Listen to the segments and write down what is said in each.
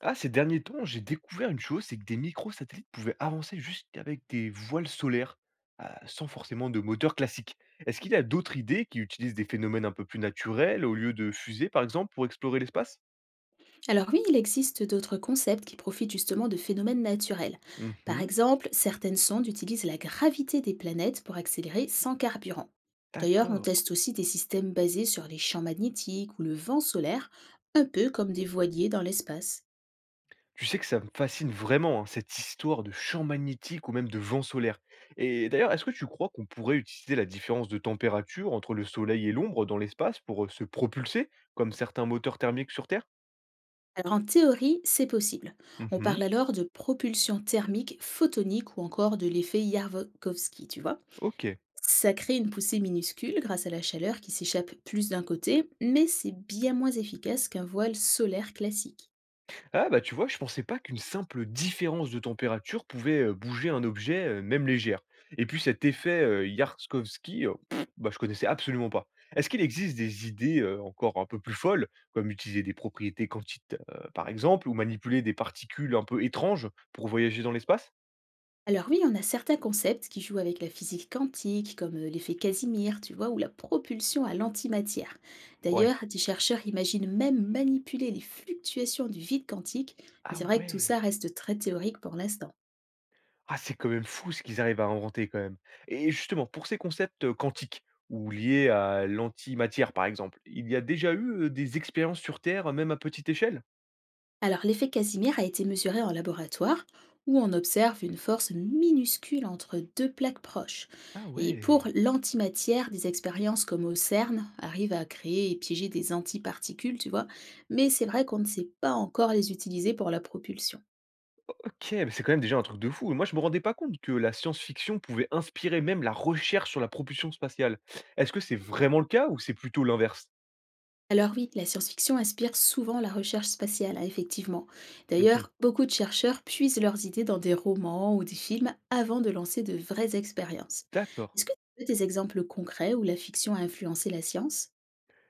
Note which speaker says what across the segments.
Speaker 1: Ah, ces derniers temps, j'ai découvert une chose, c'est que des microsatellites pouvaient avancer jusqu'avec des voiles solaires, sans forcément de moteur classique. Est-ce qu'il y a d'autres idées qui utilisent des phénomènes un peu plus naturels au lieu de fusées, par exemple, pour explorer l'espace?
Speaker 2: Alors oui, il existe d'autres concepts qui profitent justement de phénomènes naturels. Par
Speaker 1: Mhm.
Speaker 2: exemple, certaines sondes utilisent la gravité des planètes pour accélérer sans carburant. D'ailleurs, on
Speaker 1: D'accord.
Speaker 2: teste aussi des systèmes basés sur les champs magnétiques ou le vent solaire, un peu comme des voiliers dans l'espace.
Speaker 1: Tu sais que ça me fascine vraiment, hein, cette histoire de champ magnétique ou même de vent solaire. Et d'ailleurs, est-ce que tu crois qu'on pourrait utiliser la différence de température entre le soleil et l'ombre dans l'espace pour se propulser, comme certains moteurs thermiques sur Terre?
Speaker 2: Alors en théorie, c'est possible. On
Speaker 1: Mhm.
Speaker 2: parle alors de propulsion thermique photonique ou encore de l'effet Yarkovsky, tu vois.
Speaker 1: Ok.
Speaker 2: Ça crée une poussée minuscule grâce à la chaleur qui s'échappe plus d'un côté, mais c'est bien moins efficace qu'un voile solaire classique.
Speaker 1: Ah bah tu vois, je pensais pas qu'une simple différence de température pouvait bouger un objet, même légère. Et puis cet effet Yarkovsky, bah, je connaissais absolument pas. Est-ce qu'il existe des idées encore un peu plus folles, comme utiliser des propriétés quantiques par exemple, ou manipuler des particules un peu étranges pour voyager dans l'espace?
Speaker 2: Alors oui, on a certains concepts qui jouent avec la physique quantique, comme l'effet Casimir, tu vois, ou la propulsion à l'antimatière.
Speaker 1: Ouais.
Speaker 2: D'ailleurs, des chercheurs imaginent même manipuler les fluctuations du vide quantique, mais
Speaker 1: Ah
Speaker 2: c'est vrai que tout
Speaker 1: ouais.
Speaker 2: ça reste très théorique pour l'instant.
Speaker 1: Ah, c'est quand même fou ce qu'ils arrivent à inventer quand même. Et justement, pour ces concepts, quantiques ou liés à l'antimatière, par exemple, il y a déjà eu, des expériences sur Terre, même à petite échelle?
Speaker 2: Alors, l'effet Casimir a été mesuré en laboratoire où on observe une force minuscule entre deux plaques proches.
Speaker 1: Ah
Speaker 2: Et
Speaker 1: ouais!
Speaker 2: pour l'antimatière, des expériences comme au CERN arrivent à créer et piéger des antiparticules, tu vois, mais c'est vrai qu'on ne sait pas encore les utiliser pour la propulsion.
Speaker 1: OK, mais c'est quand même déjà un truc de fou. Moi, je me rendais pas compte que la science-fiction pouvait inspirer même la recherche sur la propulsion spatiale. Est-ce que c'est vraiment le cas ou c'est plutôt l'inverse?
Speaker 2: Alors oui, la science-fiction inspire souvent la recherche spatiale, hein, effectivement.
Speaker 1: Mmh.
Speaker 2: D'ailleurs, beaucoup de chercheurs puisent leurs idées dans des romans ou des films avant de lancer de vraies expériences.
Speaker 1: D'accord.
Speaker 2: Est-ce que tu veux des exemples concrets où la fiction a influencé la science?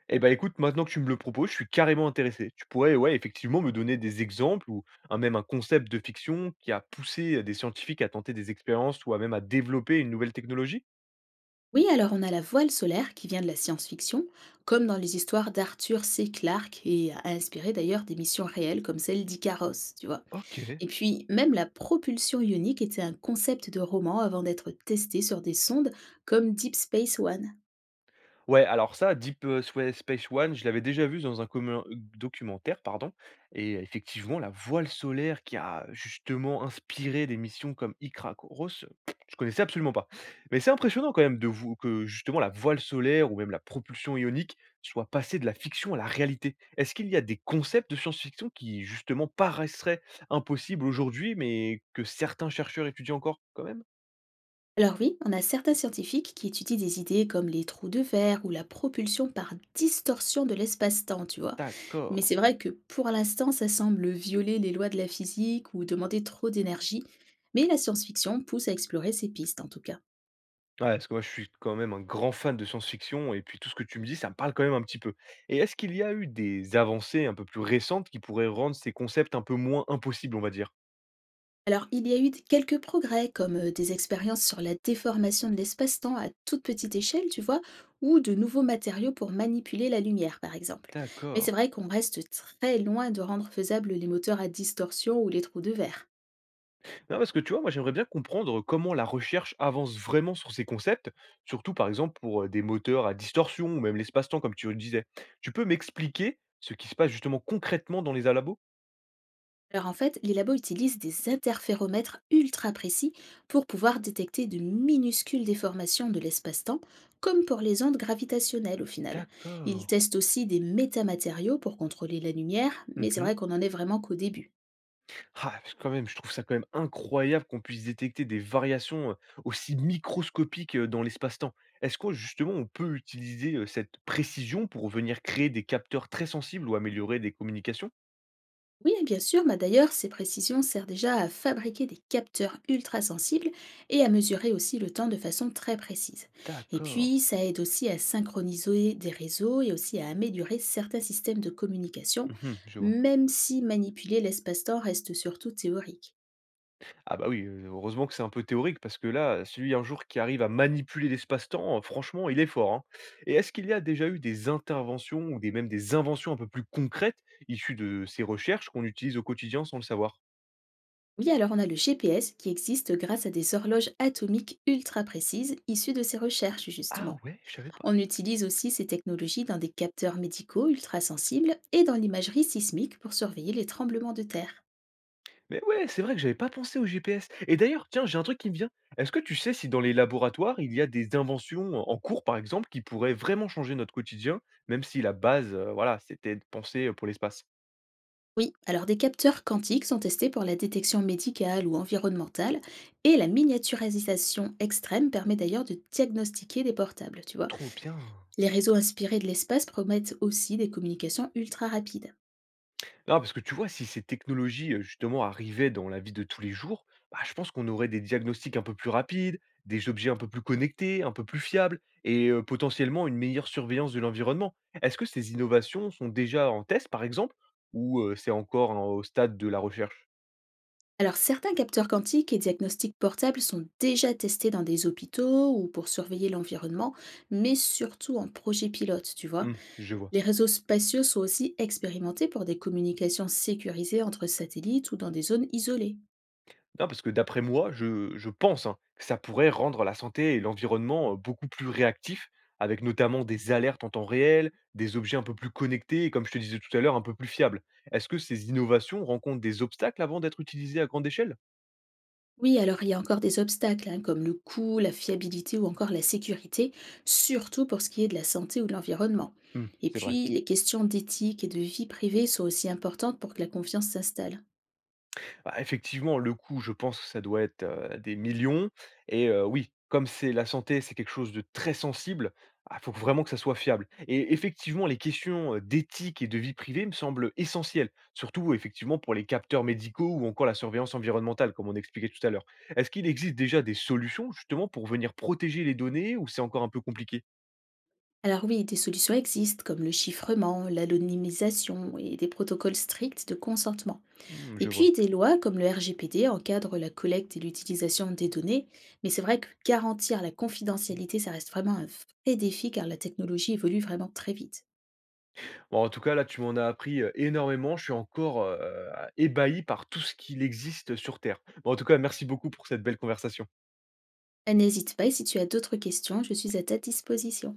Speaker 1: Eh ben écoute, maintenant que tu me le proposes, je suis carrément intéressé. Tu pourrais, ouais, effectivement, me donner des exemples ou un même un concept de fiction qui a poussé des scientifiques à tenter des expériences ou à même à développer une nouvelle technologie?
Speaker 2: Oui, alors on a la voile solaire qui vient de la science-fiction, comme dans les histoires d'Arthur C. Clarke et a inspiré d'ailleurs des missions réelles comme celle d'Icaros, tu vois.
Speaker 1: OK.
Speaker 2: Et puis, même la propulsion ionique était un concept de roman avant d'être testé sur des sondes comme Deep Space One.
Speaker 1: Ouais, alors ça, Deep, Swa Space One, je l'avais déjà vu dans un commun documentaire, pardon, et effectivement, la voile solaire qui a justement inspiré des missions comme Icarus, je connaissais absolument pas. Mais c'est impressionnant quand même de vous que justement la voile solaire ou même la propulsion ionique soit passée de la fiction à la réalité. Est-ce qu'il y a des concepts de science-fiction qui justement paraisseraient impossibles aujourd'hui, mais que certains chercheurs étudient encore quand même?
Speaker 2: Alors oui, on a certains scientifiques qui étudient des idées comme les trous de verre ou la propulsion par distorsion de l'espace-temps, tu vois.
Speaker 1: D'accord.
Speaker 2: Mais c'est vrai que pour l'instant, ça semble violer les lois de la physique ou demander trop d'énergie. Mais la science-fiction pousse à explorer ces pistes en tout cas.
Speaker 1: Ouais, parce que moi, je suis quand même un grand fan de science-fiction et puis tout ce que tu me dis, ça me parle quand même un petit peu. Et est-ce qu'il y a eu des avancées un peu plus récentes qui pourraient rendre ces concepts un peu moins impossibles, on va dire?
Speaker 2: Alors il y a eu quelques progrès comme des expériences sur la déformation de l'espace-temps à toute petite échelle, tu vois, ou de nouveaux matériaux pour manipuler la lumière par exemple. Mais c'est
Speaker 1: D'accord.
Speaker 2: vrai qu'on reste très loin de rendre faisables les moteurs à distorsion ou les trous de verre.
Speaker 1: Non, parce que tu vois, moi, j'aimerais bien comprendre comment la recherche avance vraiment sur ces concepts, surtout par exemple pour des moteurs à distorsion ou même l'espace-temps, comme tu le disais. Tu peux m'expliquer ce qui se passe justement concrètement dans les alabos?
Speaker 2: Alors en fait, les labos utilisent des interféromètres ultra précis pour pouvoir détecter de minuscules déformations de l'espace-temps, comme pour les ondes gravitationnelles au final. Ils
Speaker 1: D'accord.
Speaker 2: testent aussi des métamatériaux pour contrôler la lumière, mais c'est vrai qu'on n'en est vraiment qu'au début.
Speaker 1: Ah, parce que quand même, je trouve ça quand même incroyable qu'on puisse détecter des variations, aussi microscopiques, dans l'espace-temps. Est-ce que justement on peut utiliser, cette précision pour venir créer des capteurs très sensibles ou améliorer des communications?
Speaker 2: Oui, bien sûr, mais d'ailleurs, ces précisions servent déjà à fabriquer des capteurs ultra sensibles et à mesurer aussi le temps de façon très précise. Et
Speaker 1: D'accord.
Speaker 2: puis, ça aide aussi à synchroniser des réseaux et aussi à améliorer certains systèmes de communication,
Speaker 1: Mmh, je vois.
Speaker 2: même si manipuler l'espace-temps reste surtout théorique.
Speaker 1: Ah bah, oui, heureusement que c'est un peu théorique parce que là, celui un jour qui arrive à manipuler l'espace-temps, franchement, il est fort, hein. Et est-ce qu'il y a déjà eu des interventions ou des même des inventions un peu plus concrètes, issues de ces recherches qu'on utilise au quotidien sans le savoir?
Speaker 2: Oui, alors on a le GPS qui existe grâce à des horloges atomiques ultra précises issues de ces recherches,
Speaker 1: Ah
Speaker 2: justement.
Speaker 1: ouais, je savais pas.
Speaker 2: On utilise aussi ces technologies dans des capteurs médicaux ultrasensibles et dans l'imagerie sismique pour surveiller les tremblements de terre.
Speaker 1: Mais ouais, c'est vrai que j'avais pas pensé au GPS. Et d'ailleurs, tiens, j'ai un truc qui me vient. Est-ce que tu sais si dans les laboratoires, il y a des inventions en cours, par exemple, qui pourraient vraiment changer notre quotidien, même si la base, voilà, c'était de penser pour l'espace?
Speaker 2: Oui, alors des capteurs quantiques sont testés pour la détection médicale ou environnementale et la miniaturisation extrême permet d'ailleurs de diagnostiquer des portables, tu vois.
Speaker 1: Trop bien.
Speaker 2: Les réseaux inspirés de l'espace promettent aussi des communications ultra rapides.
Speaker 1: Non, parce que tu vois, si ces technologies, justement arrivaient dans la vie de tous les jours, bah, je pense qu'on aurait des diagnostics un peu plus rapides, des objets un peu plus connectés, un peu plus fiables et potentiellement une meilleure surveillance de l'environnement. Est-ce que ces innovations sont déjà en test, par exemple? Ou c'est encore en au stade de la recherche?
Speaker 2: Alors, certains capteurs quantiques et diagnostics portables sont déjà testés dans des hôpitaux ou pour surveiller l'environnement, mais surtout en projet pilote, tu vois.
Speaker 1: Mmh, je vois.
Speaker 2: Les réseaux spatiaux sont aussi expérimentés pour des communications sécurisées entre satellites ou dans des zones isolées.
Speaker 1: Non, parce que d'après moi, je pense, hein, que ça pourrait rendre la santé et l'environnement, beaucoup plus réactifs, avec notamment des alertes en temps réel, des objets un peu plus connectés et comme je te disais tout à l'heure, un peu plus fiables. Est-ce que ces innovations rencontrent des obstacles avant d'être utilisées à grande échelle?
Speaker 2: Oui, alors il y a encore des obstacles, hein, comme le coût, la fiabilité ou encore la sécurité, surtout pour ce qui est de la santé ou de l'environnement.
Speaker 1: Mmh,
Speaker 2: Et
Speaker 1: c'est vrai.
Speaker 2: puis, les questions d'éthique et de vie privée sont aussi importantes pour que la confiance s'installe.
Speaker 1: Bah, effectivement, le coût, je pense que ça doit être, des millions et oui, comme c'est la santé, c'est quelque chose de très sensible. Il faut vraiment que ça soit fiable et effectivement, les questions, d'éthique et de vie privée me semblent essentielles, surtout effectivement pour les capteurs médicaux ou encore la surveillance environnementale, comme on expliquait tout à l'heure. Est-ce qu'il existe déjà des solutions justement pour venir protéger les données ou c'est encore un peu compliqué?
Speaker 2: Alors oui, des solutions existent comme le chiffrement, l'anonymisation et des protocoles stricts de consentement.
Speaker 1: Mmh,
Speaker 2: Et
Speaker 1: je
Speaker 2: puis
Speaker 1: vois.
Speaker 2: des lois comme le RGPD encadrent la collecte et l'utilisation des données, mais c'est vrai que garantir la confidentialité, ça reste vraiment un vrai défi car la technologie évolue vraiment très vite.
Speaker 1: Bon, en tout cas, là, tu m'en as appris énormément. Je suis encore ébahi par tout ce qu'il existe sur Terre. Bon, en tout cas, merci beaucoup pour cette belle conversation.
Speaker 2: N'hésite pas, et si tu as d'autres questions, je suis à ta disposition.